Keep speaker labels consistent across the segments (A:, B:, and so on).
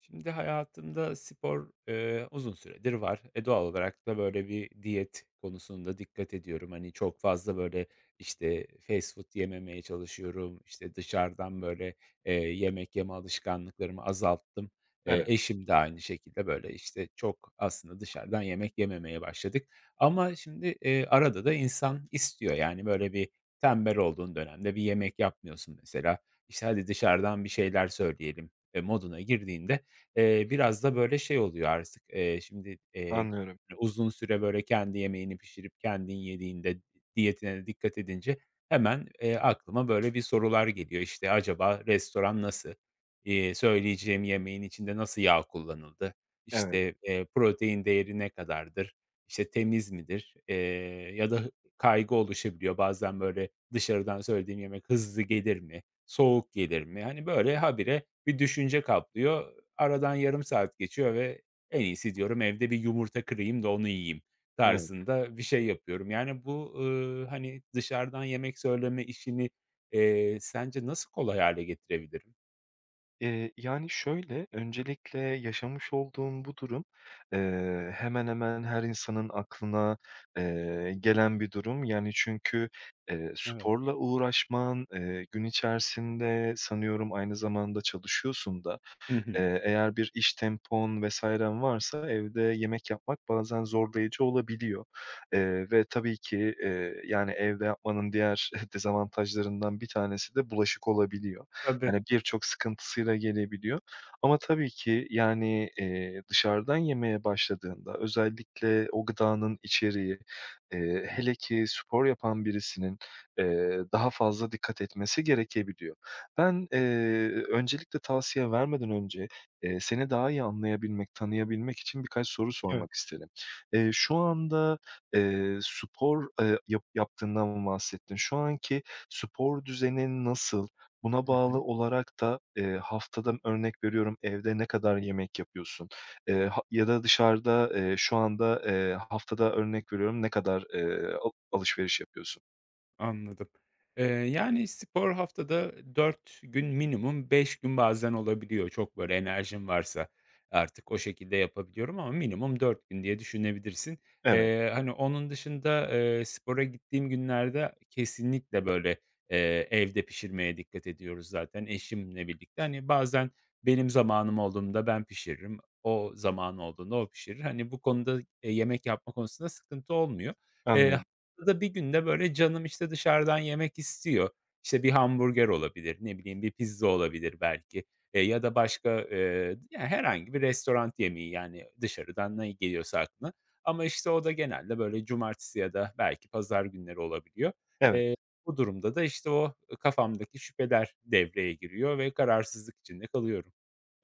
A: Şimdi hayatımda spor, uzun süredir var. Doğal olarak da böyle bir diyet konusunda dikkat ediyorum. Hani, çok fazla böyle, işte, fast food yememeye çalışıyorum. İşte, dışarıdan böyle, yemek yeme alışkanlıklarımı azalttım. Eee,
B: Evet,
A: eşim de aynı şekilde böyle, işte, çok aslında dışarıdan yemek yememeye başladık. Ama şimdi, arada da insan istiyor. Yani, böyle bir tembel olduğun dönemde bir yemek yapmıyorsun mesela. İşte, "Hadi dışarıdan bir şeyler söyleyelim." Moduna girdiğinde, biraz da böyle şey oluyor artık. Şimdi
B: anlıyorum.
A: uzun süre böyle kendi yemeğini pişirip kendin yediğinde, diyetine de dikkat edince hemen, aklıma böyle bir sorular geliyor. İşte, acaba restoran nasıl? Söyleyeceğim yemeğin içinde nasıl yağ kullanıldı?
B: Evet,
A: İşte, protein değeri ne kadardır? İşte, temiz midir? Ya da kaygı oluşabiliyor. Bazen böyle dışarıdan söylediğim yemek hızlı gelir mi? Soğuk gelir mi? Hani, böyle habire bir düşünce kaplıyor. Aradan yarım saat geçiyor ve en iyisi diyorum evde bir yumurta kırayım da onu yiyeyim
B: evet.
A: tarzında bir şey yapıyorum. Yani bu, hani, dışarıdan yemek söyleme işini, sence nasıl kolay hale getirebilirim?
B: Yani, şöyle, öncelikle yaşamış olduğum bu durum, hemen hemen her insanın aklına gelen bir durum. Yani, çünkü
A: Evet.
B: sporla uğraşman, gün içerisinde sanıyorum aynı zamanda çalışıyorsun da,
A: Hı hı.
B: eğer bir iş tempon vs.'n varsa evde yemek yapmak bazen zorlayıcı olabiliyor. Ve tabii ki, yani, evde yapmanın diğer dezavantajlarından bir tanesi de bulaşık olabiliyor.
A: Tabii.
B: Yani, birçok sıkıntısıyla gelebiliyor ama tabii ki, yani, dışarıdan yemeye başladığında özellikle o gıdanın içeriği,
A: Hı,
B: hele ki spor yapan birisinin daha fazla dikkat etmesi gerekebiliyor. Ben öncelikle tavsiye vermeden önce seni daha iyi anlayabilmek, tanıyabilmek için birkaç soru
A: evet.
B: sormak isterim. Şu anda spor yaptığından bahsettin. Şu anki spor düzenin nasıl? Buna
A: Hı
B: bağlı
A: hı.
B: olarak da, haftada örnek veriyorum evde ne kadar yemek yapıyorsun? Ha ya da dışarıda şu anda haftada örnek veriyorum ne kadar alışveriş yapıyorsun?
A: Anladım. Yani, spor haftada 4 gün minimum, 5 gün bazen olabiliyor. Çok böyle enerjim varsa artık o şekilde yapabiliyorum ama minimum 4 gün diye düşünebilirsin.
B: Evet,
A: Hani, onun dışında, spora gittiğim günlerde kesinlikle böyle, evde pişirmeye dikkat ediyoruz zaten eşimle birlikte. Hani, bazen benim zamanım olduğunda ben pişiririm, o zaman olduğunda o pişirir. Hani, bu konuda, yemek yapma konusunda sıkıntı olmuyor. Eee,
B: anlıyorum.
A: Haftada 1 günde böyle canım, işte, dışarıdan yemek istiyor. İşte, bir hamburger olabilir, ne bileyim, bir pizza olabilir belki, ya da başka, ya, herhangi bir restoran yemeği, yani, dışarıdan ne geliyorsa aklına. Ama, işte, o da genelde böyle cumartesi ya da belki pazar günleri olabiliyor.
B: Evet.
A: Eee, bu durumda da, işte, o kafamdaki şüpheler devreye giriyor ve kararsızlık içinde kalıyorum.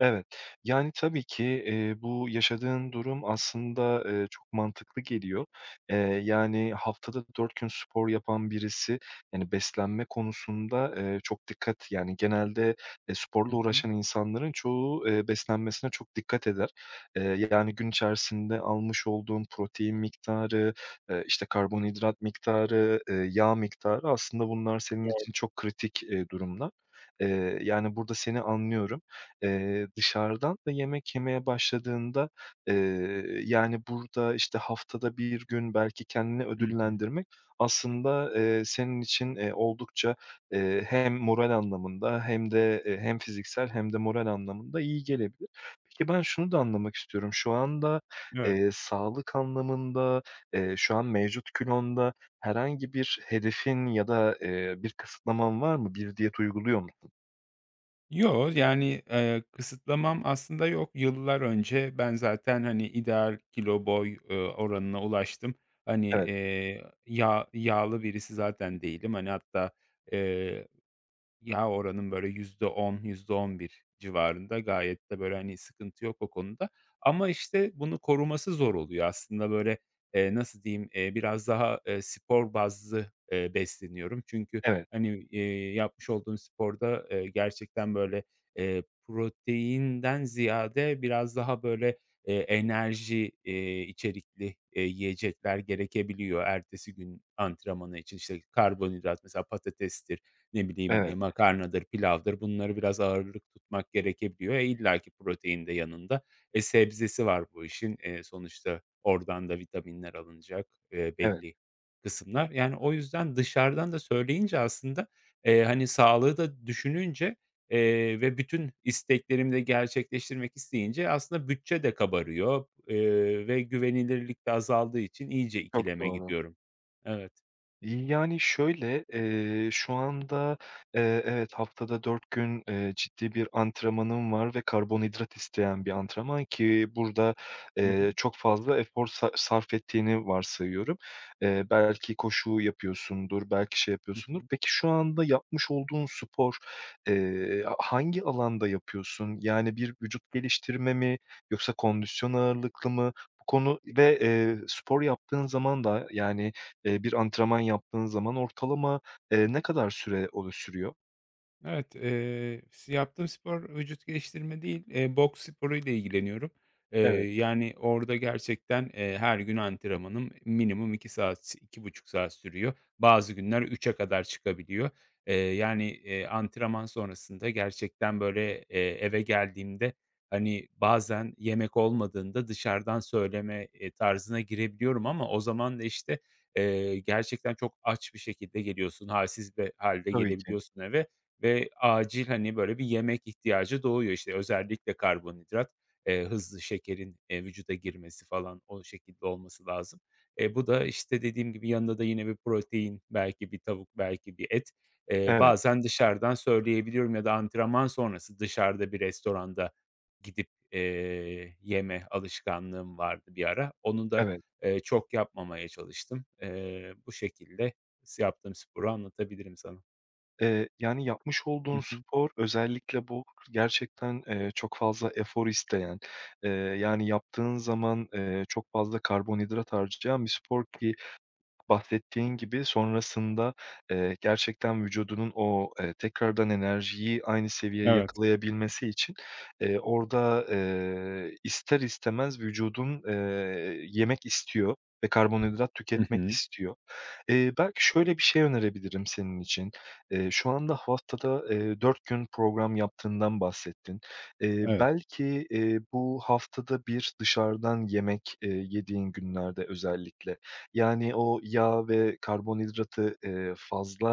B: Evet. Yani, tabii ki, bu yaşadığın durum aslında çok mantıklı geliyor. Eee, yani, haftada 4 gün spor yapan birisi, yani, beslenme konusunda çok dikkat. Yani, genelde
A: Hı
B: sporla
A: hı.
B: uğraşan insanların çoğu beslenmesine çok dikkat eder. Yani, gün içerisinde almış olduğun protein miktarı, işte, karbonhidrat miktarı, yağ miktarı aslında bunlar senin için çok kritik durumlar. Yani, burada seni anlıyorum. Dışarıdan da yemek yemeye başladığında, eee, yani, burada, işte, haftada bir gün belki kendini
A: Hı hı.
B: ödüllendirmek aslında senin için oldukça hem moral anlamında hem de hem fiziksel hem de moral anlamında iyi gelebilir. Peki, ben şunu da anlamak istiyorum. Şu anda
A: Evet.
B: sağlık anlamında şu an mevcut kilonda herhangi bir hedefin ya da bir kısıtlaman var mı? Bir diyet uyguluyor musun?
A: Yo, yani, kısıtlamam aslında yok. Yıllar önce ben zaten, hani, ideal kilo boy, oranına ulaştım. Hani,
B: Evet,
A: yağlı birisi zaten değilim. Hani, hatta, ya, oranın böyle yüzde on, yüzde on bir civarında gayet de böyle, hani, sıkıntı yok o konuda ama, işte, bunu koruması zor oluyor. Aslında böyle, nasıl diyeyim, biraz daha, spor bazlı, besleniyorum. Çünkü,
B: evet,
A: hani, yapmış olduğum sporda, gerçekten böyle, proteinden ziyade biraz daha böyle, enerji, içerikli, yiyecekler gerekebiliyor ertesi gün antrenmanı için. İşte karbonhidrat, mesela patatesti, ne bileyim,
B: evet,
A: makarnadır, pilavdır bunları biraz ağırlık tutmak gerekebiliyor. İlla ki protein de yanında. Sebzesi var bu işin. Sonuçta oradan da vitaminler alınacak,
B: evet.
A: belli kısımlar. Yani, o yüzden dışarıdan da söyleyince aslında, hani, sağlığı da düşününce, ve bütün isteklerimi de gerçekleştirmek isteyince aslında bütçe de kabarıyor, ve güvenilirlik de azaldığı için iyice
B: Çok
A: ikileme
B: doğru.
A: gidiyorum. Evet.
B: Yani, şöyle, şu anda evet, haftada 4 gün, ciddi bir antrenmanım var ve karbonhidrat isteyen bir antrenman ki burada
A: Hı hı.
B: çok fazla efor sarf ettiğini varsayıyorum. Belki koşu yapıyorsundur, belki şey
A: Hı
B: yapıyorsundur.
A: hı.
B: Peki şu anda yapmış olduğun spor hangi alanda yapıyorsun? Yani bir vücut geliştirme mi yoksa kondisyon ağırlıklı mı? Bu konu ve spor yaptığın zaman da, yani, bir antrenman yaptığın zaman ortalama ne kadar süre sürüyor?
A: Evet, s yaptığım spor vücut geliştirme değil, boks sporuyla ilgileniyorum. Eee,
B: Evet,
A: yani, orada gerçekten, her gün antrenmanım minimum 2 saat, 2,5 saat sürüyor. Bazı günler 3'e kadar çıkabiliyor. Yani, antrenman sonrasında gerçekten, böyle, eve geldiğimde, hani, bazen yemek olmadığında dışarıdan söyleme, tarzına girebiliyorum ama o zaman da, işte, gerçekten çok aç bir şekilde geliyorsun, halsiz bir halde
B: tabii ki.
A: gelebiliyorsun eve. Ve acil, hani, böyle bir yemek ihtiyacı doğuyor. İşte özellikle karbonhidrat, hızlı şekerin, vücuda girmesi falan o şekilde olması lazım. Bu da, işte, dediğim gibi yanında da yine bir protein, belki bir tavuk, belki bir et. Eee,
B: Evet,
A: bazen dışarıdan söyleyebiliyorum ya da antrenman sonrası dışarıda bir restoranda gidip, yeme alışkanlığım vardı bir ara. Onu da,
B: evet.
A: çok yapmamaya çalıştım. Bu şekilde yaptığım sporu anlatabilirim sana.
B: Yani yapmış
A: Hı
B: olduğun
A: hı.
B: spor özellikle bu gerçekten çok fazla efor isteyen, yani yaptığın zaman çok fazla karbonhidrat harcayan bir spor ki bahsettiğin gibi sonrasında gerçekten vücudunun o tekrardan enerjiyi aynı seviyeye
A: Evet.
B: yakalayabilmesi için orada ister istemez vücudun yemek istiyor ve karbonhidrat
A: Hı
B: tüketmek
A: hı.
B: istiyor. Belki şöyle bir şey önerebilirim senin için. Şu anda haftada 4 gün program yaptığından bahsettin. Eee,
A: Evet.
B: belki, bu haftada bir dışarıdan yemek yediğin günlerde özellikle yani, o yağ ve karbonhidratı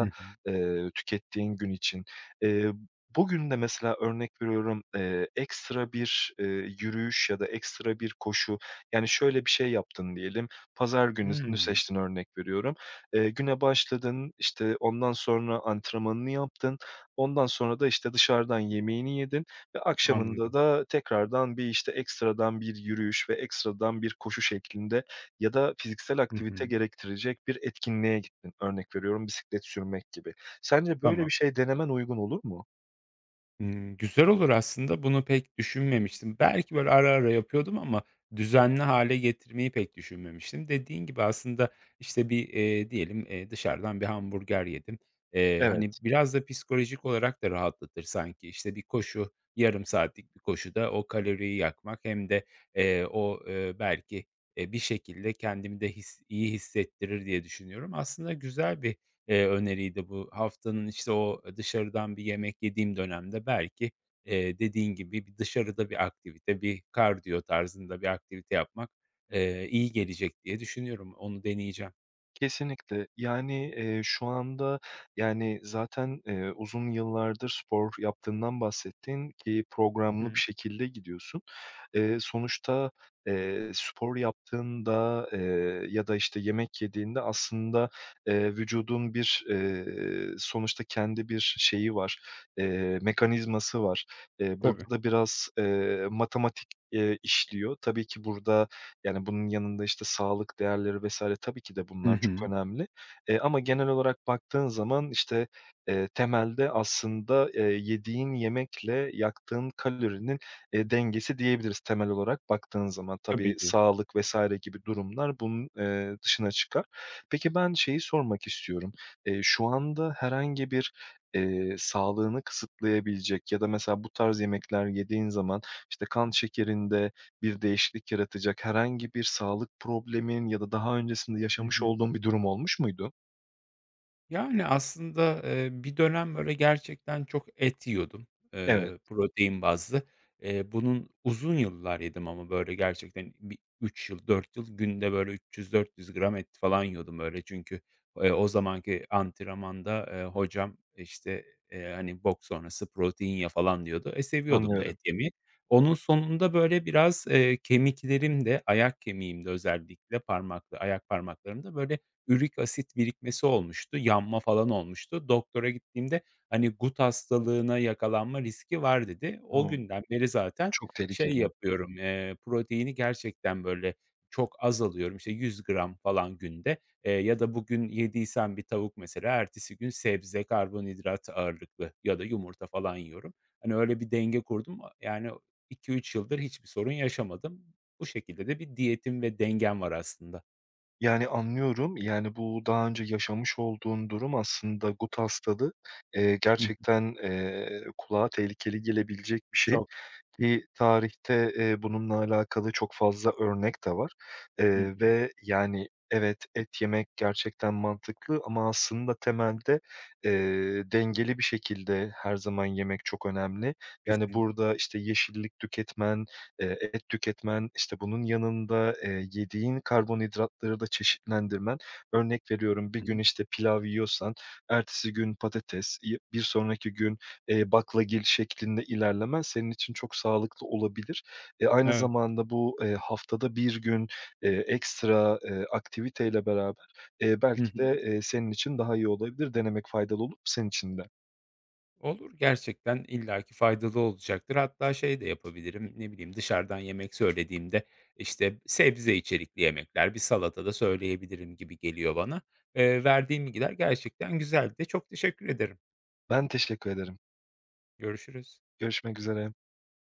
A: Hı hı.
B: tükettiğin gün için. Eee, bugün de mesela örnek veriyorum ekstra bir yürüyüş ya da ekstra bir koşu, yani, şöyle bir şey yaptın diyelim, pazar günü
A: Hımm.
B: seçtin örnek veriyorum. Güne başladın, işte, ondan sonra antrenmanını yaptın, ondan sonra da, işte, dışarıdan yemeğini yedin ve akşamında
A: Anladım.
B: da tekrardan bir, işte, ekstradan bir yürüyüş ve ekstradan bir koşu şeklinde ya da fiziksel
A: Hı hı.
B: aktivite gerektirecek bir etkinliğe gittin. Örnek veriyorum, bisiklet sürmek gibi. Sence böyle
A: Tamam.
B: bir şey denemen uygun olur mu?
A: Hımm, güzel olur aslında. Bunu pek düşünmemiştim. Belki böyle ara ara yapıyordum ama düzenli hâle getirmeyi pek düşünmemiştim. Dediğin gibi aslında, işte, bir, diyelim, dışarıdan bir hamburger yedim. Hani,
B: Evet.
A: biraz da psikolojik olarak da rahatlatır sanki. İşte, bir koşu, yarım saatlik bir koşuda o kaloriyi yakmak hem de, eee, o, eee, belki, bir şekilde kendimi de iyi hissettirir diye düşünüyorum. Aslında güzel bir öneriydi bu. Haftanın, işte, o dışarıdan bir yemek yediğim dönemde belki, dediğin gibi bir dışarıda bir aktivite, bir kardiyo tarzında bir aktivite yapmak, iyi gelecek diye düşünüyorum. Onu deneyeceğim.
B: Kesinlikle. Yani şu anda, yani, zaten uzun yıllardır spor yaptığından bahsettin ki
A: Hı
B: programlı bir
A: hı.
B: şekilde gidiyorsun. Sonuçta, spor yaptığında ya da, işte, yemek yediğinde aslında vücudun bir sonuçta kendi bir şeyi var mekanizması var. Eee,
A: Tabii.
B: burada da biraz matematik işliyor. Tabii ki burada yani, bunun yanında, işte, sağlık değerleri vesaire tabii ki de
A: Hı
B: bunlar çok
A: hı.
B: önemli. Ama genel olarak baktığın zaman, işte temelde aslında yediğin yemekle yaktığın kalorinin dengesi diyebiliriz temel olarak baktığın zaman. Tabii
A: Tabii ki.
B: sağlık vs. gibi durumlar bunun dışına çıkar. Peki, ben şeyi sormak istiyorum. Şu anda herhangi bir sağlığını kısıtlayabilecek ya da mesela bu tarz yemekler yediğin zaman, işte, kan şekerinde bir değişiklik yaratacak herhangi bir sağlık problemin ya da daha öncesinde
A: Hı
B: yaşamış
A: hı.
B: olduğun bir durum olmuş muydu?
A: Yani, aslında, bir dönem, böyle, gerçekten çok et yiyordum,
B: Evet,
A: protein bazlı. Bunun uzun yıllar yedim ama, böyle, gerçekten bir 3 yıl, 4 yıl günde, böyle, 300-400 gram et falan yiyordum, böyle. Çünkü, o zamanki antrenmanda, hocam, işte, hani, Boks sonrası protein ya falan diyordu. Seviyordum da
B: anlıyorum.
A: et yemeyi. Onun sonunda, böyle, biraz, kemiklerim de ayak kemiğimde özellikle ayak parmaklarımda, böyle, ürik asit birikmesi olmuştu, yanma falan olmuştu. Doktora gittiğimde, hani, "Gut hastalığına yakalanma riski var." dedi. O
B: Hımm,
A: günden beri zaten
B: çok
A: şey
B: tehlikeli.
A: yapıyorum, proteini gerçekten, böyle, çok az alıyorum. İşte, 100 gram falan günde, ya da bugün yediysem bir tavuk mesela, ertesi gün sebze, karbonhidrat ağırlıklı ya da yumurta falan yiyorum. Hani, öyle bir denge kurdum. Yani, 2-3 yıldır hiçbir sorun yaşamadım. Bu şekilde de bir diyetim ve dengem var aslında.
B: Yani, anlıyorum. Yani, bu daha önce yaşamış olduğun durum aslında gut hastalığı
A: Hı hı.
B: gerçekten kulağa tehlikeli gelebilecek bir şey.
A: Çok
B: Ki tarihte bununla alakalı çok fazla örnek de var
A: Hı hı.
B: ve yani evet, et yemek gerçekten mantıklı ama aslında temelde dengeli bir şekilde her zaman yemek çok önemli. Yani
A: Kesinlikle.
B: burada, işte, yeşillik tüketmen et tüketmen, işte, bunun yanında yediğin karbonhidratları da çeşitlendirmen. Örnek veriyorum, bir
A: Hı
B: gün,
A: hı.
B: işte, pilav yiyorsan ertesi gün patates, bir sonraki gün baklagil şeklinde ilerlemen senin için çok sağlıklı olabilir. Aynı
A: Evet.
B: zamanda bu haftada bir gün ekstra aktiviteyle beraber
A: Hı
B: belki
A: hı.
B: de senin için daha iyi olabilir. Denemek faydalı olur senin için de?
A: Olur, gerçekten illaki faydalı olacaktır. Hatta şey de yapabilirim, ne bileyim, dışarıdan yemek söylediğimde, işte, sebze içerikli yemekler, bir salata da söyleyebilirim gibi geliyor bana. Verdiğin bilgiler gerçekten güzeldi. Çok teşekkür ederim.
B: Ben teşekkür ederim.
A: Görüşürüz.
B: Görüşmek üzere.